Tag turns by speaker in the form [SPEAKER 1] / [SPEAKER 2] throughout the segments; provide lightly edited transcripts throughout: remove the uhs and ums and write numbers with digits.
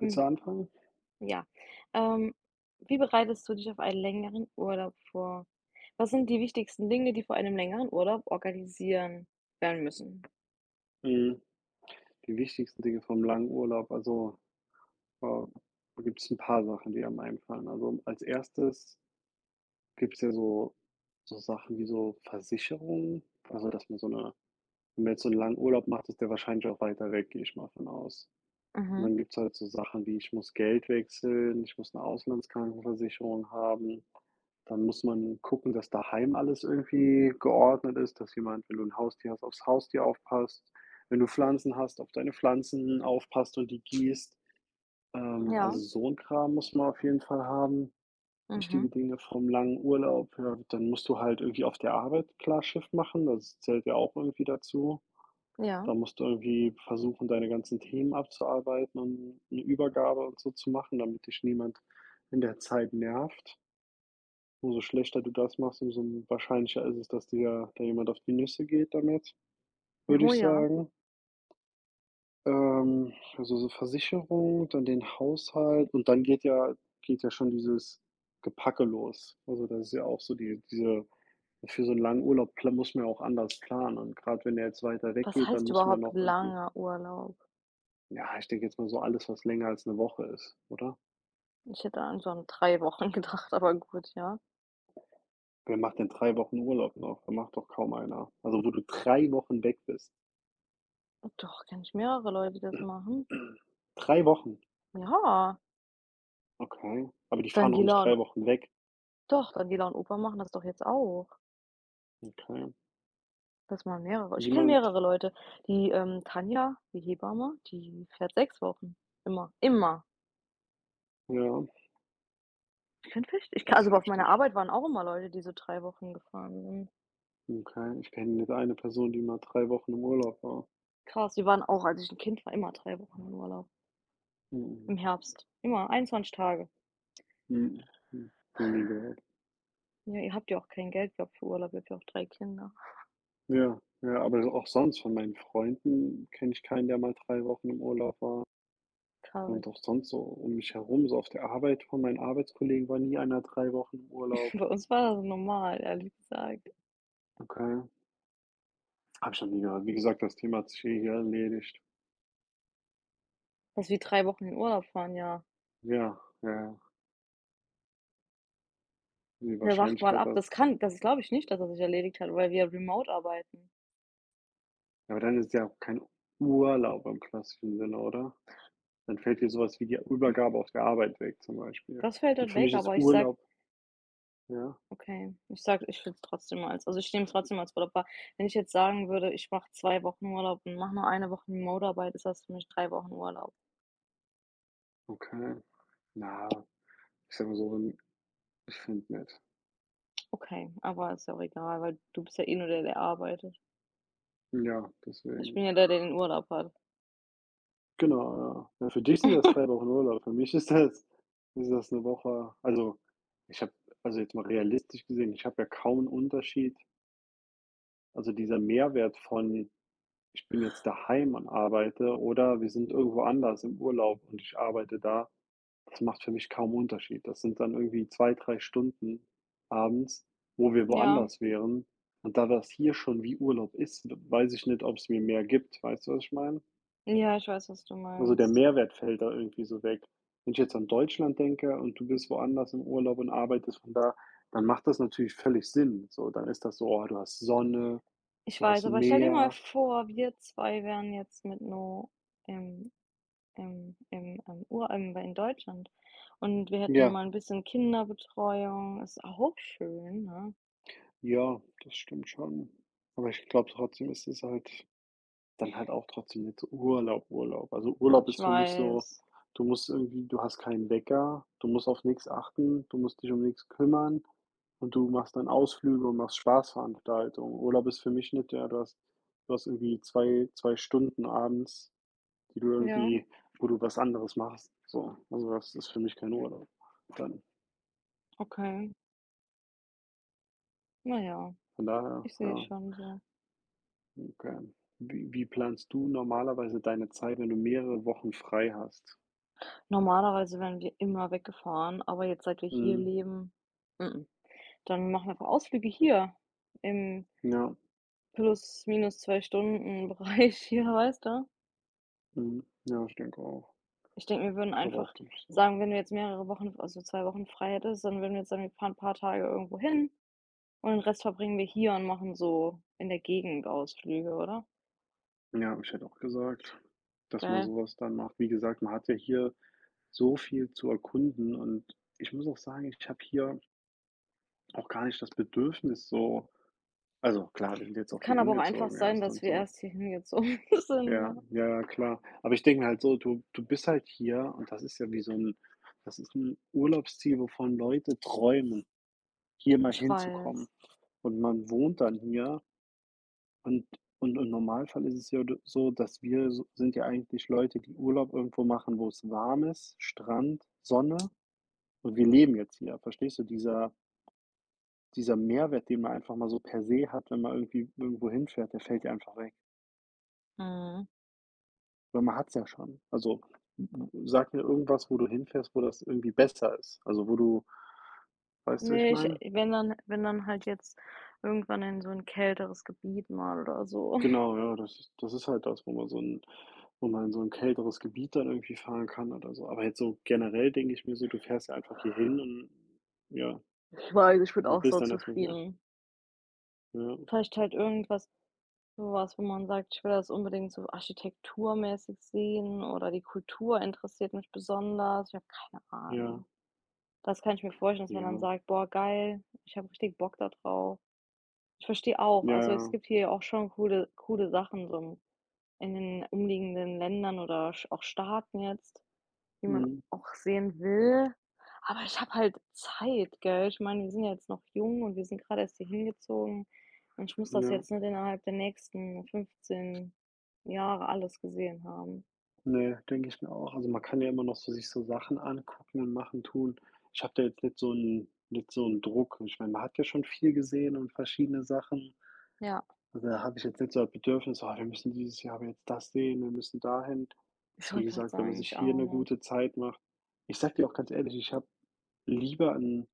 [SPEAKER 1] Willst du
[SPEAKER 2] Hm,
[SPEAKER 1] anfangen?
[SPEAKER 2] ja. Ähm, Wie bereitest du dich auf einen längeren Urlaub vor? Was sind die wichtigsten Dinge, die vor einem längeren Urlaub organisieren werden müssen?
[SPEAKER 1] Hm, Die wichtigsten Dinge vom langen Urlaub, also, äh, da gibt's 'n paar Sachen, die einem einfallen. Also, als Erstes gibt es ja so Sachen wie so Versicherungen, also, dass man so eine, wenn man jetzt so einen langen Urlaub macht, ist der wahrscheinlich auch weiter weg, gehe ich mal von aus. Und
[SPEAKER 2] Mhm,
[SPEAKER 1] dann gibt's halt so Sachen wie: Ich muss Geld wechseln, ich muss eine Auslandskrankenversicherung haben. Dann muss man gucken, dass daheim alles irgendwie geordnet ist, dass jemand, wenn du ein Haustier hast, aufs Haustier aufpasst, wenn du Pflanzen hast, auf deine Pflanzen aufpasst und die gießt.
[SPEAKER 2] ja,
[SPEAKER 1] Also, so ein Kram muss man auf jeden Fall haben.
[SPEAKER 2] mhm,
[SPEAKER 1] Wichtige Dinge vom langen Urlaub, ja, dann musst du halt irgendwie auf der Arbeit klar Schiff machen, das zählt ja auch irgendwie dazu.
[SPEAKER 2] ja.
[SPEAKER 1] Da musst du irgendwie versuchen, deine ganzen Themen abzuarbeiten und eine Übergabe und so zu machen, damit dich niemand in der Zeit nervt. Umso schlechter du das machst, umso wahrscheinlicher ist es, dass dir da jemand auf die Nüsse geht damit, würde
[SPEAKER 2] Oh
[SPEAKER 1] ich
[SPEAKER 2] ja.
[SPEAKER 1] sagen. Also, so Versicherung, dann den Haushalt und dann geht ja schon dieses Gepacke los. Also, das ist ja auch so die diese für so einen langen Urlaub pla muss man ja auch anders planen, und gerade wenn er jetzt weiter
[SPEAKER 2] Was
[SPEAKER 1] weggeht, dann
[SPEAKER 2] heißt
[SPEAKER 1] muss man ja
[SPEAKER 2] überhaupt
[SPEAKER 1] noch irgendwie.
[SPEAKER 2] langer Urlaub?
[SPEAKER 1] Ja, ich denke jetzt mal so alles, was länger als 'ne Woche ist, oder?
[SPEAKER 2] Ich hätte an so an 3 Wochen gedacht, aber gut, ja.
[SPEAKER 1] Wer macht denn 3 Wochen Urlaub noch? Da macht doch kaum einer. Also, wo du 3 Wochen weg bist.
[SPEAKER 2] Doch, kenne ich mehrere Leute, die das machen.
[SPEAKER 1] 3 Wochen?
[SPEAKER 2] Ja,
[SPEAKER 1] Okay. Aber die fahren doch nicht
[SPEAKER 2] Daniela und
[SPEAKER 1] 3 Wochen weg.
[SPEAKER 2] doch, Daniela und Opa machen das doch jetzt auch.
[SPEAKER 1] Okay.
[SPEAKER 2] Das machen mehrere. Ich kenne
[SPEAKER 1] Niemand.
[SPEAKER 2] mehrere Leute. Die, Tanja, die Hebamme, die fährt 6 Wochen. Immer, immer.
[SPEAKER 1] Ja,
[SPEAKER 2] Ich kenne vielleicht ich ka
[SPEAKER 1] das
[SPEAKER 2] also
[SPEAKER 1] ist
[SPEAKER 2] auf meiner
[SPEAKER 1] heftig.
[SPEAKER 2] Arbeit waren auch immer Leute, die so 3 Wochen gefahren sind.
[SPEAKER 1] Okay, ich kenne nicht eine Person, die mal 3 Wochen im Urlaub war.
[SPEAKER 2] Krass, die waren auch, als ich ein Kind war, immer 3 Wochen im Urlaub.
[SPEAKER 1] Mm-mm.
[SPEAKER 2] Im Herbst. Immer 21 Tage.
[SPEAKER 1] mm Noch nie gehört.
[SPEAKER 2] Ja, ihr habt ja auch kein Geld gehabt für Urlaub, ihr habt ja auch drei Kinder.
[SPEAKER 1] Ja, ja, aber auch sonst von meinen Freunden kenne ich keinen, der mal 3 Wochen im Urlaub war. Und auch
[SPEAKER 2] Verrückt.
[SPEAKER 1] sonst so um mich herum, so auf der Arbeit von meinen Arbeitskollegen war nie einer 3 Wochen im Urlaub.
[SPEAKER 2] Bei uns war das normal, ehrlich gesagt,
[SPEAKER 1] Okay, habe ich noch nie gehört. Wie gesagt, das Thema hat sich eh hier erledigt.
[SPEAKER 2] dass wir 3 Wochen in Urlaub fahren, ja.
[SPEAKER 1] Ja, ja, ja. Die
[SPEAKER 2] Ja, wacht mal
[SPEAKER 1] Wahrscheinlichkeit
[SPEAKER 2] ab,
[SPEAKER 1] da.
[SPEAKER 2] das glaube ich nicht, dass er sich erledigt hat, weil wir remote arbeiten.
[SPEAKER 1] Ja, aber dann ist ja auch kein Urlaub im klassischen Sinne, oder? Dann fällt dir sowas wie die Übergabe auf der Arbeit weg zum Beispiel.
[SPEAKER 2] Das fällt
[SPEAKER 1] Und
[SPEAKER 2] halt
[SPEAKER 1] für
[SPEAKER 2] weg,
[SPEAKER 1] mich
[SPEAKER 2] aber
[SPEAKER 1] ist
[SPEAKER 2] ich sag
[SPEAKER 1] Urlaub, ja,
[SPEAKER 2] okay, ich sag ich würde es trotzdem also, ich nehme es trotzdem als Urlaub wahr. Wenn ich jetzt sagen würde, ich mache 2 Wochen Urlaub und mache nur eine Woche Remote-Arbeit, ist das für mich 3 Wochen Urlaub.
[SPEAKER 1] okay. Na, ich sage mal so, ich finde nicht.
[SPEAKER 2] Okay, aber ist ja auch egal, weil du bist ja eh nur der, der arbeitet.
[SPEAKER 1] Ja,
[SPEAKER 2] Ich
[SPEAKER 1] deswegen.
[SPEAKER 2] bin ja der, der den Urlaub hat.
[SPEAKER 1] Genau, ja. Ja, für dich sind das 3 Wochen Urlaub. Für mich ist das eine Woche, also, ich habe, also, jetzt mal realistisch gesehen, ich habe ja kaum einen Unterschied. Also, dieser Mehrwert von: „Ich bin jetzt daheim und arbeite" oder „wir sind irgendwo anders im Urlaub und ich arbeite da", das macht für mich kaum Unterschied. Das sind dann irgendwie 2 3 Stunden abends, wo wir
[SPEAKER 2] Ja.
[SPEAKER 1] woanders wären. Und da das hier schon wie Urlaub ist, weiß ich nicht, ob es mir mehr gibt. Weißt du, was ich meine?
[SPEAKER 2] Ja, ich weiß, was du
[SPEAKER 1] Also, der
[SPEAKER 2] meinst.
[SPEAKER 1] Mehrwert fällt da irgendwie so weg. Wenn ich jetzt an Deutschland denke und du bist woanders im Urlaub und arbeitest von da, dann macht das natürlich völlig Sinn. So, dann ist das so: „Oh, du hast Sonne,
[SPEAKER 2] Ich
[SPEAKER 1] du
[SPEAKER 2] weiß,
[SPEAKER 1] hast
[SPEAKER 2] aber stell dir mal
[SPEAKER 1] Meer."
[SPEAKER 2] vor, wir 2 wären jetzt mit „No" im im im im Ur in Deutschland und wir hätten
[SPEAKER 1] Ja,
[SPEAKER 2] mal ein bisschen Kinderbetreuung, ist auch schön, ne?
[SPEAKER 1] ja, das stimmt schon. Aber ich glaube trotzdem, ist es halt. Dann halt auch trotzdem jetzt Urlaub, Urlaub. Also, Urlaub
[SPEAKER 2] Ich
[SPEAKER 1] ist für mich so,
[SPEAKER 2] weiß.
[SPEAKER 1] du musst irgendwie, du hast keinen Wecker, du musst auf nichts achten, du musst dich um nichts kümmern und du machst dann Ausflüge und machst Spaßveranstaltungen. Urlaub ist für mich nicht, ja, du hast irgendwie zwei Stunden abends, die du
[SPEAKER 2] Ja,
[SPEAKER 1] irgendwie, wo du was anderes machst, so. Also, das ist für mich kein Urlaub dann.
[SPEAKER 2] okay. Na ja,
[SPEAKER 1] Von daher,
[SPEAKER 2] ich sehe
[SPEAKER 1] ja,
[SPEAKER 2] schon so.
[SPEAKER 1] okay. Wie planst du normalerweise deine Zeit, wenn du mehrere Wochen frei hast?
[SPEAKER 2] Normalerweise wären wir immer weggefahren, aber jetzt, seit wir hier
[SPEAKER 1] Mhm,
[SPEAKER 2] leben, mm-mm. Dann machen wir einfach Ausflüge hier im
[SPEAKER 1] ja.
[SPEAKER 2] plus minus 2 Stunden Bereich hier, weißt du?
[SPEAKER 1] Mhm. Ja, ich denke auch.
[SPEAKER 2] Ich denke, wir würden
[SPEAKER 1] Ich glaube auch,
[SPEAKER 2] einfach
[SPEAKER 1] das ist so.
[SPEAKER 2] sagen, wenn du jetzt mehrere Wochen, also 2 Wochen frei hättest, dann würden wir jetzt sagen, wir fahren 'n paar Tage irgendwo hin und den Rest verbringen wir hier und machen so in der Gegend Ausflüge, oder?
[SPEAKER 1] Ja, ich hätte auch gesagt, dass man
[SPEAKER 2] Geil.
[SPEAKER 1] sowas dann macht. Wie gesagt, man hat ja hier so viel zu erkunden, und ich muss auch sagen, ich habe hier auch gar nicht das Bedürfnis so, also klar, wir sind jetzt
[SPEAKER 2] Es
[SPEAKER 1] auch hier
[SPEAKER 2] kann aber auch einfach
[SPEAKER 1] hingezogen
[SPEAKER 2] sein,
[SPEAKER 1] erst
[SPEAKER 2] dass
[SPEAKER 1] und
[SPEAKER 2] wir
[SPEAKER 1] so.
[SPEAKER 2] erst hierhin gezogen sind, ja.
[SPEAKER 1] Ja, ja, ja, klar. Aber ich denke mir halt so, du bist halt hier, und das ist ja wie so ein, das ist ein Urlaubsziel, wovon Leute träumen, hier mal
[SPEAKER 2] Ich
[SPEAKER 1] hinzukommen
[SPEAKER 2] weiß.
[SPEAKER 1] und man wohnt dann hier. Und und im Normalfall ist es ja d so, dass wir so, sind ja eigentlich Leute, die Urlaub irgendwo machen, wo es warm ist, Strand, Sonne, und wir leben jetzt hier. Verstehst du? Dieser Mehrwert, den man einfach mal so per se hat, wenn man irgendwie irgendwo hinfährt, der fällt ja einfach weg,
[SPEAKER 2] Mhm.
[SPEAKER 1] weil man hat es ja schon. Also, sag mir irgendwas, wo du hinfährst, wo das irgendwie besser ist. Also, wo du, weißt du, wie ich
[SPEAKER 2] Ne, ich
[SPEAKER 1] meine?
[SPEAKER 2] wenn dann halt jetzt irgendwann in so ein kälteres Gebiet mal oder so.
[SPEAKER 1] Genau, ja, das ist halt das, wo man in so ein kälteres Gebiet dann irgendwie fahren kann oder so. Aber jetzt so generell denke ich mir so, du fährst ja einfach hier hin und, ja,
[SPEAKER 2] Ich weiß, ich bin
[SPEAKER 1] und
[SPEAKER 2] auch
[SPEAKER 1] bist
[SPEAKER 2] so
[SPEAKER 1] dann erstmal hier.
[SPEAKER 2] zufrieden.
[SPEAKER 1] Ja,
[SPEAKER 2] Vielleicht halt irgendwas so was, wo man sagt: „Ich will das unbedingt so architekturmäßig sehen" oder „die Kultur interessiert mich besonders." Ich habe keine
[SPEAKER 1] ja,
[SPEAKER 2] Ahnung. Das kann ich mir vorstellen, dass man
[SPEAKER 1] ja,
[SPEAKER 2] dann sagt: „Boah, geil, ich habe richtig Bock da drauf." Ich verstehe auch,
[SPEAKER 1] ja,
[SPEAKER 2] also, es
[SPEAKER 1] ja.
[SPEAKER 2] gibt hier auch schon coole Sachen so im in den umliegenden Ländern oder sch auch Staaten jetzt, die man
[SPEAKER 1] Mhm,
[SPEAKER 2] auch sehen will. Aber ich habe halt Zeit, gell? Ich meine, wir sind ja jetzt noch jung und wir sind gerade erst hier hingezogen und ich muss das
[SPEAKER 1] ja.
[SPEAKER 2] jetzt nicht innerhalb der nächsten 15 Jahre alles gesehen haben.
[SPEAKER 1] Ne, denke ich mir auch. Also, man kann ja immer noch so sich so Sachen angucken und machen, tun. Ich habe da jetzt nicht so 'n nicht so einen Druck. Ich meine, man hat ja schon viel gesehen und verschiedene Sachen.
[SPEAKER 2] Ja,
[SPEAKER 1] Also, da habe ich jetzt nicht so ein Bedürfnis: „Ah, wir müssen dieses Jahr aber jetzt das sehen, wir müssen dahin."
[SPEAKER 2] ich
[SPEAKER 1] Wie
[SPEAKER 2] wollte grad
[SPEAKER 1] gesagt, wenn man
[SPEAKER 2] sagen,
[SPEAKER 1] sich
[SPEAKER 2] ich
[SPEAKER 1] hier
[SPEAKER 2] auch
[SPEAKER 1] eine
[SPEAKER 2] nicht.
[SPEAKER 1] gute Zeit macht, ich sage dir auch ganz ehrlich, ich habe lieber ein,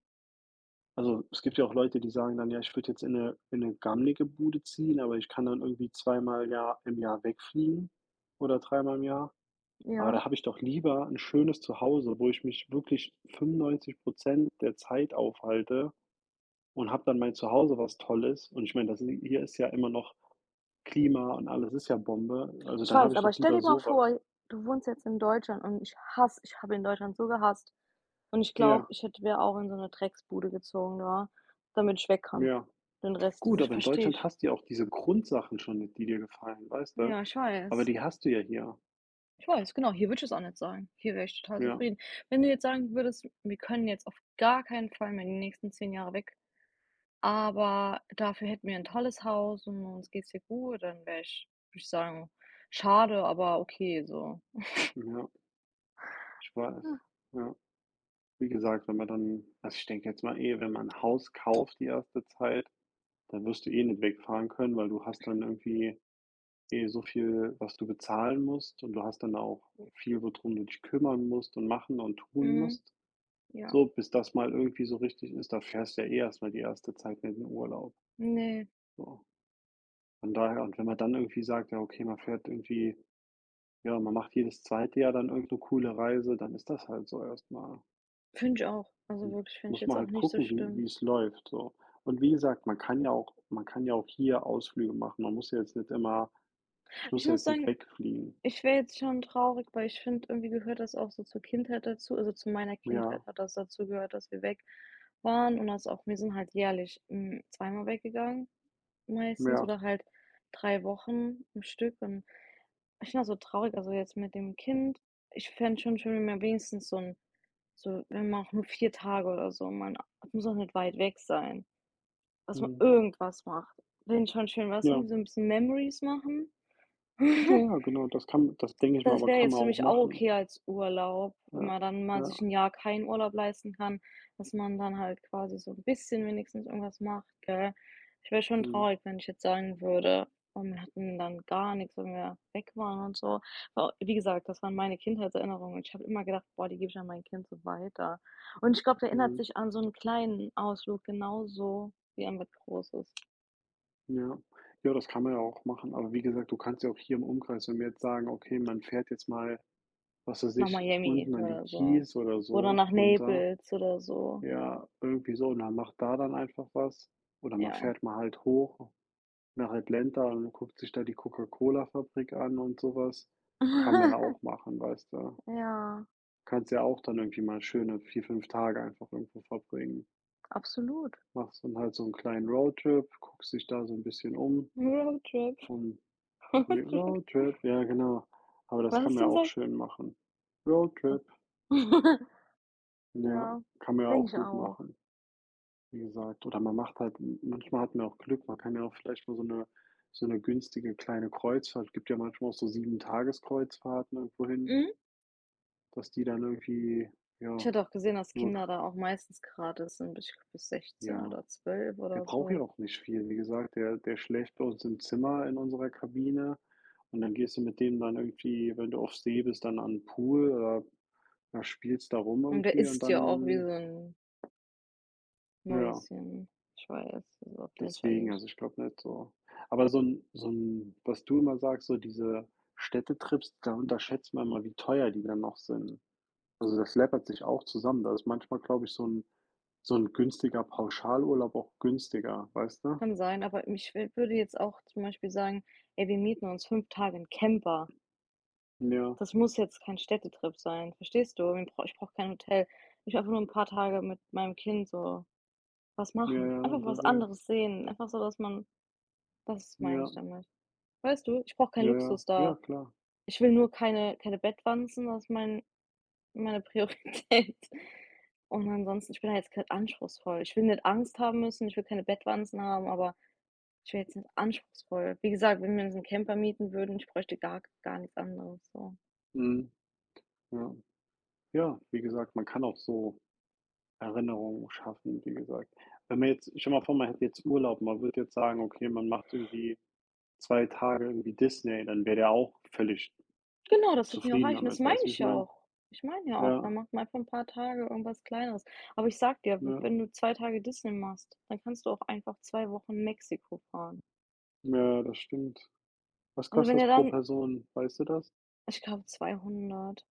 [SPEAKER 1] also, es gibt ja auch Leute, die sagen dann: „Ja, ich würde jetzt in eine gammelige Bude ziehen, aber ich kann dann irgendwie zweimal Jahr im Jahr wegfliegen oder dreimal im Jahr." Aber
[SPEAKER 2] Ja,
[SPEAKER 1] da habe ich doch lieber ein schönes Zuhause, wo ich mich wirklich 95 der Zeit aufhalte und habe dann mein Zuhause, was toll ist. Und ich meine, das hier ist ja immer noch Klima und alles ist ja Bombe. Also,
[SPEAKER 2] ich
[SPEAKER 1] dann habe
[SPEAKER 2] weiß,
[SPEAKER 1] ich
[SPEAKER 2] aber
[SPEAKER 1] doch
[SPEAKER 2] stell
[SPEAKER 1] lieber
[SPEAKER 2] dir mal
[SPEAKER 1] sowas.
[SPEAKER 2] vor, du wohnst jetzt in Deutschland und ich habe in Deutschland so gehasst und ich glaube,
[SPEAKER 1] Ja,
[SPEAKER 2] ich hätte wäre auch in so eine Drecksbude gezogen, ja, damit ich weg kann,
[SPEAKER 1] ja.
[SPEAKER 2] den Rest.
[SPEAKER 1] Gut,
[SPEAKER 2] Ich
[SPEAKER 1] aber in
[SPEAKER 2] verstehe
[SPEAKER 1] Deutschland
[SPEAKER 2] ich.
[SPEAKER 1] hast du ja auch diese Grundsachen schon, die dir gefallen, weißt du?
[SPEAKER 2] Ja, ich
[SPEAKER 1] Aber
[SPEAKER 2] weiß.
[SPEAKER 1] die hast du ja hier.
[SPEAKER 2] Ich weiß, genau, hier würde ich es auch nicht sagen. Hier wäre ich total
[SPEAKER 1] Ja,
[SPEAKER 2] zufrieden. Wenn du jetzt sagen würdest: „Wir können jetzt auf gar keinen Fall mehr die nächsten 10 Jahre weg, aber dafür hätten wir ein tolles Haus und uns geht's hier gut", dann wäre ich würde ich sagen: „Schade, aber okay so."
[SPEAKER 1] ja, ich weiß.
[SPEAKER 2] Ja.
[SPEAKER 1] Ja. Wie gesagt, wenn man dann, also, ich denke jetzt mal eh, wenn man 'n Haus kauft, die erste Zeit, dann wirst du eh nicht wegfahren können, weil du hast dann irgendwie eh so viel, was du bezahlen musst, und du hast dann auch viel, worum du dich kümmern musst und machen und tun
[SPEAKER 2] Mhm,
[SPEAKER 1] musst.
[SPEAKER 2] ja.
[SPEAKER 1] So, bis das mal irgendwie so richtig ist, da fährst du ja eh erstmal die erste Zeit in den Urlaub,
[SPEAKER 2] Ne,
[SPEAKER 1] so. Von daher, und wenn man dann irgendwie sagt, ja, okay, man fährt irgendwie, ja, man macht jedes zweite Jahr dann irgend 'ne coole Reise, dann ist das halt so erstmal.
[SPEAKER 2] finde ich auch. Also,
[SPEAKER 1] Hm,
[SPEAKER 2] wirklich, finde ich
[SPEAKER 1] Muss
[SPEAKER 2] jetzt
[SPEAKER 1] man
[SPEAKER 2] auch
[SPEAKER 1] halt
[SPEAKER 2] nicht so
[SPEAKER 1] gucken, wie
[SPEAKER 2] schlimm.
[SPEAKER 1] wie es läuft, so. Und wie gesagt, man kann ja auch hier Ausflüge machen. Man muss ja jetzt nicht immer, ich
[SPEAKER 2] Ich
[SPEAKER 1] muss ja
[SPEAKER 2] muss
[SPEAKER 1] jetzt nicht
[SPEAKER 2] sagen,
[SPEAKER 1] wegfliegen.
[SPEAKER 2] ich wäre jetzt schon traurig, weil ich finde, irgendwie gehört das auch so zur Kindheit dazu. Also, zu meiner Kindheit
[SPEAKER 1] Ja,
[SPEAKER 2] hat das dazu gehört, dass wir weg waren und das auch wir sind halt jährlich, zweimal weggegangen meistens
[SPEAKER 1] ja,
[SPEAKER 2] oder halt 3 Wochen im Stück, und ich finde das so traurig, also, jetzt mit dem Kind. Ich fände schon schön, wenn man wenigstens so 'n so, wenn man auch nur 4 Tage oder so, man muss auch nicht weit weg sein, dass man
[SPEAKER 1] mhm,
[SPEAKER 2] irgendwas macht. Finde ich schon schön, was
[SPEAKER 1] ja.
[SPEAKER 2] irgendwie so ein bisschen Memories machen.
[SPEAKER 1] Ja, ja, genau, das kann, das denke ich mal,
[SPEAKER 2] Das
[SPEAKER 1] aber
[SPEAKER 2] wäre
[SPEAKER 1] kann
[SPEAKER 2] jetzt
[SPEAKER 1] man
[SPEAKER 2] für
[SPEAKER 1] auch
[SPEAKER 2] mich auch
[SPEAKER 1] machen.
[SPEAKER 2] okay als Urlaub, wenn
[SPEAKER 1] Ja,
[SPEAKER 2] man dann mal
[SPEAKER 1] ja,
[SPEAKER 2] sich ein Jahr keinen Urlaub leisten kann, dass man dann halt quasi so ein bisschen wenigstens irgendwas macht, gell? Ich wäre schon
[SPEAKER 1] mhm,
[SPEAKER 2] traurig, wenn ich jetzt sagen würde: „Oh, wir hatten dann gar nichts, wenn wir weg waren und so." Aber wie gesagt, das waren meine Kindheitserinnerungen. Ich habe immer gedacht: „Boah, die gebe ich an mein Kind so weiter." Und ich glaube, der erinnert
[SPEAKER 1] mhm.
[SPEAKER 2] sich an so einen kleinen Ausflug genauso wie an was Großes.
[SPEAKER 1] Ja. Ja, das kann man ja auch machen. Aber wie gesagt, du kannst ja auch hier im Umkreis, wenn wir jetzt sagen, okay, man fährt jetzt mal, was weiß
[SPEAKER 2] Nach
[SPEAKER 1] ich,
[SPEAKER 2] Miami
[SPEAKER 1] unten an die
[SPEAKER 2] oder so
[SPEAKER 1] Kies oder
[SPEAKER 2] oder
[SPEAKER 1] so
[SPEAKER 2] nach
[SPEAKER 1] runter.
[SPEAKER 2] Naples oder so,
[SPEAKER 1] Ja, irgendwie so. Und dann macht da dann einfach was. Oder man
[SPEAKER 2] ja.
[SPEAKER 1] fährt mal halt hoch nach Atlanta und guckt sich da die Coca-Cola-Fabrik an und sowas. Kann man ja auch machen, weißt du.
[SPEAKER 2] Ja,
[SPEAKER 1] Kannst ja auch dann irgendwie mal schöne 4, 5 Tage einfach irgendwo verbringen.
[SPEAKER 2] absolut.
[SPEAKER 1] Machst dann halt so einen kleinen Roadtrip, guckst dich da so ein bisschen um
[SPEAKER 2] Roadtrip,
[SPEAKER 1] und mit
[SPEAKER 2] Roadtrip.
[SPEAKER 1] Roadtrip, ja, genau. Aber das
[SPEAKER 2] Was
[SPEAKER 1] kann
[SPEAKER 2] hast
[SPEAKER 1] man
[SPEAKER 2] du
[SPEAKER 1] ja auch
[SPEAKER 2] gesagt?
[SPEAKER 1] schön machen. Roadtrip, ja,
[SPEAKER 2] Ja,
[SPEAKER 1] kann man ja
[SPEAKER 2] denke
[SPEAKER 1] auch
[SPEAKER 2] ich
[SPEAKER 1] gut
[SPEAKER 2] auch.
[SPEAKER 1] machen, wie gesagt. Oder man macht halt, manchmal hat man auch Glück, man kann ja auch vielleicht mal so eine günstige kleine Kreuzfahrt, gibt ja manchmal auch so Sieben-Tages-Kreuzfahrten irgendwohin,
[SPEAKER 2] Mhm.
[SPEAKER 1] dass die dann irgendwie,
[SPEAKER 2] Ich
[SPEAKER 1] ja,
[SPEAKER 2] hatte auch gesehen, dass
[SPEAKER 1] nur
[SPEAKER 2] Kinder
[SPEAKER 1] k
[SPEAKER 2] da auch meistens gratis sind, bis, ich glaube, bis 16
[SPEAKER 1] ja,
[SPEAKER 2] oder 12
[SPEAKER 1] der
[SPEAKER 2] oder
[SPEAKER 1] braucht ja
[SPEAKER 2] so.
[SPEAKER 1] auch nicht viel. Wie gesagt, der schläft bei uns im Zimmer, in unserer Kabine, und dann gehst du mit dem dann irgendwie, wenn du auf See bist, dann an den Pool oder da spielst da rum
[SPEAKER 2] Und der
[SPEAKER 1] irgendwie, und
[SPEAKER 2] isst ja auch wie
[SPEAKER 1] dann,
[SPEAKER 2] so ein
[SPEAKER 1] ja,
[SPEAKER 2] Mäuschen. Ich weiß, das ist auch
[SPEAKER 1] deswegen,
[SPEAKER 2] lächerlich.
[SPEAKER 1] also ich glaube nicht so. Aber so ein was du immer sagst, so diese Städtetrips, da unterschätzt man immer, wie teuer die dann noch sind. Also, das läppert sich auch zusammen. Da ist manchmal, glaube ich, so ein günstiger Pauschalurlaub auch günstiger, weißt du?
[SPEAKER 2] Kann sein, aber ich würde jetzt auch zum Beispiel sagen: „Ey, wir mieten uns 5 Tage 'n Camper."
[SPEAKER 1] Ja,
[SPEAKER 2] Das muss jetzt kein Städtetrip sein, verstehst du? Wir brau Ich brauche kein Hotel. Ich will einfach nur ein paar Tage mit meinem Kind so was
[SPEAKER 1] ja,
[SPEAKER 2] machen.
[SPEAKER 1] ja,
[SPEAKER 2] Einfach was anderes
[SPEAKER 1] unterwegs.
[SPEAKER 2] sehen. Einfach so, dass man das meine
[SPEAKER 1] Ja,
[SPEAKER 2] ich damit. Weißt du, ich brauche keinen
[SPEAKER 1] ja, ja,
[SPEAKER 2] Luxus
[SPEAKER 1] ja,
[SPEAKER 2] da.
[SPEAKER 1] klar.
[SPEAKER 2] Ich will nur keine Bettwanzen, das ist meine Priorität. Und ansonsten, ich bin da jetzt gerade anspruchsvoll. Ich will nicht Angst haben müssen, ich will keine Bettwanzen haben, aber ich will jetzt nicht anspruchsvoll. Wie gesagt, wenn wir uns einen Camper mieten würden, ich bräuchte gar nichts anderes, so.
[SPEAKER 1] Mhm, ja. Ja, wie gesagt, man kann auch so Erinnerungen schaffen, wie gesagt. Wenn man jetzt, stell mal vor, man hätte jetzt Urlaub, man würde jetzt sagen, okay, man macht irgendwie 2 Tage irgendwie Disney, dann wäre der auch völlig
[SPEAKER 2] Genau, das wird mir auch
[SPEAKER 1] zufrieden
[SPEAKER 2] reichen. Das
[SPEAKER 1] damit,
[SPEAKER 2] meine
[SPEAKER 1] weißt du, wie
[SPEAKER 2] ich
[SPEAKER 1] ich
[SPEAKER 2] ja
[SPEAKER 1] meine?
[SPEAKER 2] auch. Ich meine ja auch, dann
[SPEAKER 1] Ja,
[SPEAKER 2] macht man einfach ein paar Tage irgendwas Kleineres. Aber ich sag dir, w
[SPEAKER 1] ja,
[SPEAKER 2] wenn du 2 Tage Disney machst, dann kannst du auch einfach 2 Wochen Mexiko fahren.
[SPEAKER 1] ja, das stimmt. Was
[SPEAKER 2] Also, wenn
[SPEAKER 1] kostet
[SPEAKER 2] ihr
[SPEAKER 1] das pro
[SPEAKER 2] dann
[SPEAKER 1] Person, weißt du das?
[SPEAKER 2] ich glaube 200.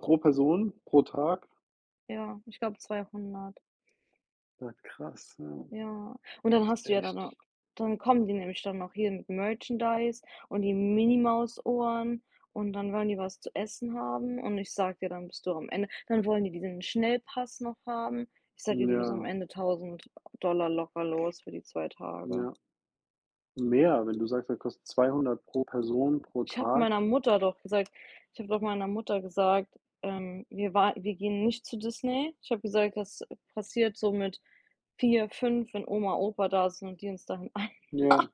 [SPEAKER 1] Pro Person, pro Tag?
[SPEAKER 2] Ja, ich glaube 200.
[SPEAKER 1] Ja, krass, ja.
[SPEAKER 2] Ja, und dann
[SPEAKER 1] Das ist
[SPEAKER 2] hast du ja dann noch,
[SPEAKER 1] echt,
[SPEAKER 2] dann kommen die nämlich dann noch hier mit Merchandise und die Minimaus-Ohren, und dann wollen die was zu essen haben und ich sag dir, dann bist du am Ende, dann wollen die diesen Schnellpass noch haben. Ich sag dir, du bist
[SPEAKER 1] ja,
[SPEAKER 2] am Ende 1000 Dollar locker los für die 2 Tage.
[SPEAKER 1] ja. Mehr, wenn du sagst, das kostet 200 pro Person pro
[SPEAKER 2] Ich habe
[SPEAKER 1] Tag.
[SPEAKER 2] meiner Mutter doch gesagt Ich habe doch meiner Mutter gesagt, wir gehen nicht zu Disney. Ich habe gesagt, das passiert so mit 4 fünf, wenn Oma, Opa da sind und die uns dahin ein.
[SPEAKER 1] Ja.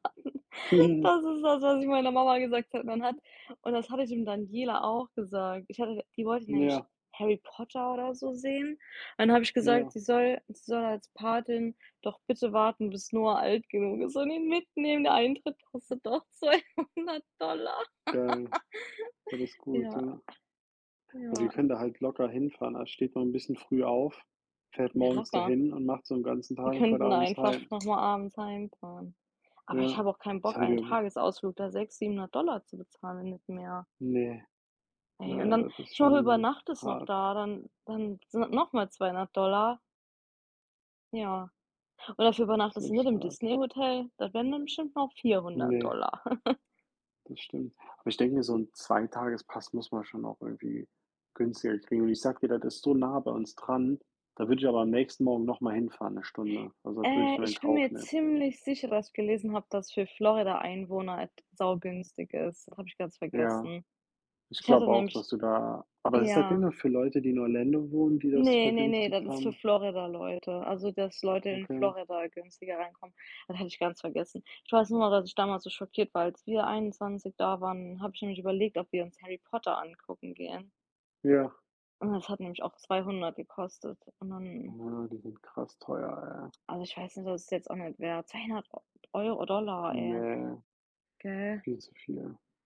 [SPEAKER 2] Das ist das, was ich meiner Mama gesagt habe. Man hat, und das hatte ich dem Daniela auch gesagt. Ich hatte Die wollte nämlich
[SPEAKER 1] Ja,
[SPEAKER 2] Harry Potter oder so sehen. Dann habe ich gesagt,
[SPEAKER 1] ja,
[SPEAKER 2] sie soll als Patin doch bitte warten, bis Noah alt genug ist und ihn mitnehmen. Der Eintritt kostet doch 200 Dollar.
[SPEAKER 1] geil. Das ist gut,
[SPEAKER 2] Ja,
[SPEAKER 1] ja. Aber wir
[SPEAKER 2] ja.
[SPEAKER 1] können da halt locker hinfahren. Da steht man ein bisschen früh auf, fährt
[SPEAKER 2] Ja,
[SPEAKER 1] morgens
[SPEAKER 2] locker.
[SPEAKER 1] dahin und macht so einen ganzen
[SPEAKER 2] Wir
[SPEAKER 1] Tag und fährt
[SPEAKER 2] könnten da
[SPEAKER 1] abends
[SPEAKER 2] einfach
[SPEAKER 1] heim.
[SPEAKER 2] noch mal abends heimfahren. Aber ich
[SPEAKER 1] Ja,
[SPEAKER 2] habe auch keinen
[SPEAKER 1] das
[SPEAKER 2] Bock,
[SPEAKER 1] haben
[SPEAKER 2] einen
[SPEAKER 1] wir,
[SPEAKER 2] Tagesausflug da 600, 700 Dollar zu bezahlen, wenn nicht mehr.
[SPEAKER 1] ne,
[SPEAKER 2] Ey, und
[SPEAKER 1] naja,
[SPEAKER 2] dann
[SPEAKER 1] das ist
[SPEAKER 2] stell dir mal vor, du
[SPEAKER 1] schon
[SPEAKER 2] übernachtest noch
[SPEAKER 1] hart.
[SPEAKER 2] da, dann sind das noch mal 200 Dollar. Ja. Und dafür
[SPEAKER 1] Das ist
[SPEAKER 2] übernachtest du nicht
[SPEAKER 1] echt
[SPEAKER 2] im
[SPEAKER 1] hart.
[SPEAKER 2] Disney-Hotel, da wären dann bestimmt noch 400.
[SPEAKER 1] Ne, das stimmt. Aber ich denke mir, so ein Zweitagespass muss man schon auch irgendwie günstiger kriegen. Und ich sag dir, das ist so nah bei uns dran, da würde ich aber am nächsten Morgen noch mal hinfahren, 1 Stunde. Also, das würde ich dann in
[SPEAKER 2] Ich bin
[SPEAKER 1] Kauf
[SPEAKER 2] mir
[SPEAKER 1] nehmen.
[SPEAKER 2] ziemlich sicher, dass ich gelesen habe, dass für Florida-Einwohner et saugünstig ist. Das habe ich ganz
[SPEAKER 1] Ja,
[SPEAKER 2] vergessen.
[SPEAKER 1] ich
[SPEAKER 2] Ich hatte
[SPEAKER 1] glaube auch,
[SPEAKER 2] nämlich,
[SPEAKER 1] dass du da, aber das ist halt
[SPEAKER 2] ja.
[SPEAKER 1] immer für Leute, die in Orlando wohnen, die das
[SPEAKER 2] Ne, ne, ne, das
[SPEAKER 1] vergünstigt
[SPEAKER 2] ist für
[SPEAKER 1] haben.
[SPEAKER 2] Florida-Leute. Also, dass Leute in
[SPEAKER 1] Okay,
[SPEAKER 2] Florida günstiger reinkommen. Das hatte ich ganz vergessen. Ich weiß nur noch, dass ich damals so schockiert war. Als wir 21 da waren, habe ich nämlich überlegt, ob wir uns Harry Potter angucken gehen.
[SPEAKER 1] ja.
[SPEAKER 2] Und das hat nämlich auch 200 gekostet. Und dann,
[SPEAKER 1] Ja, die sind krass teuer,
[SPEAKER 2] also, ich weiß nicht, das ist jetzt auch nicht wert. 200 Eu Euro Dollar,
[SPEAKER 1] ey.
[SPEAKER 2] ey,
[SPEAKER 1] Ne,
[SPEAKER 2] gell?
[SPEAKER 1] viel zu viel.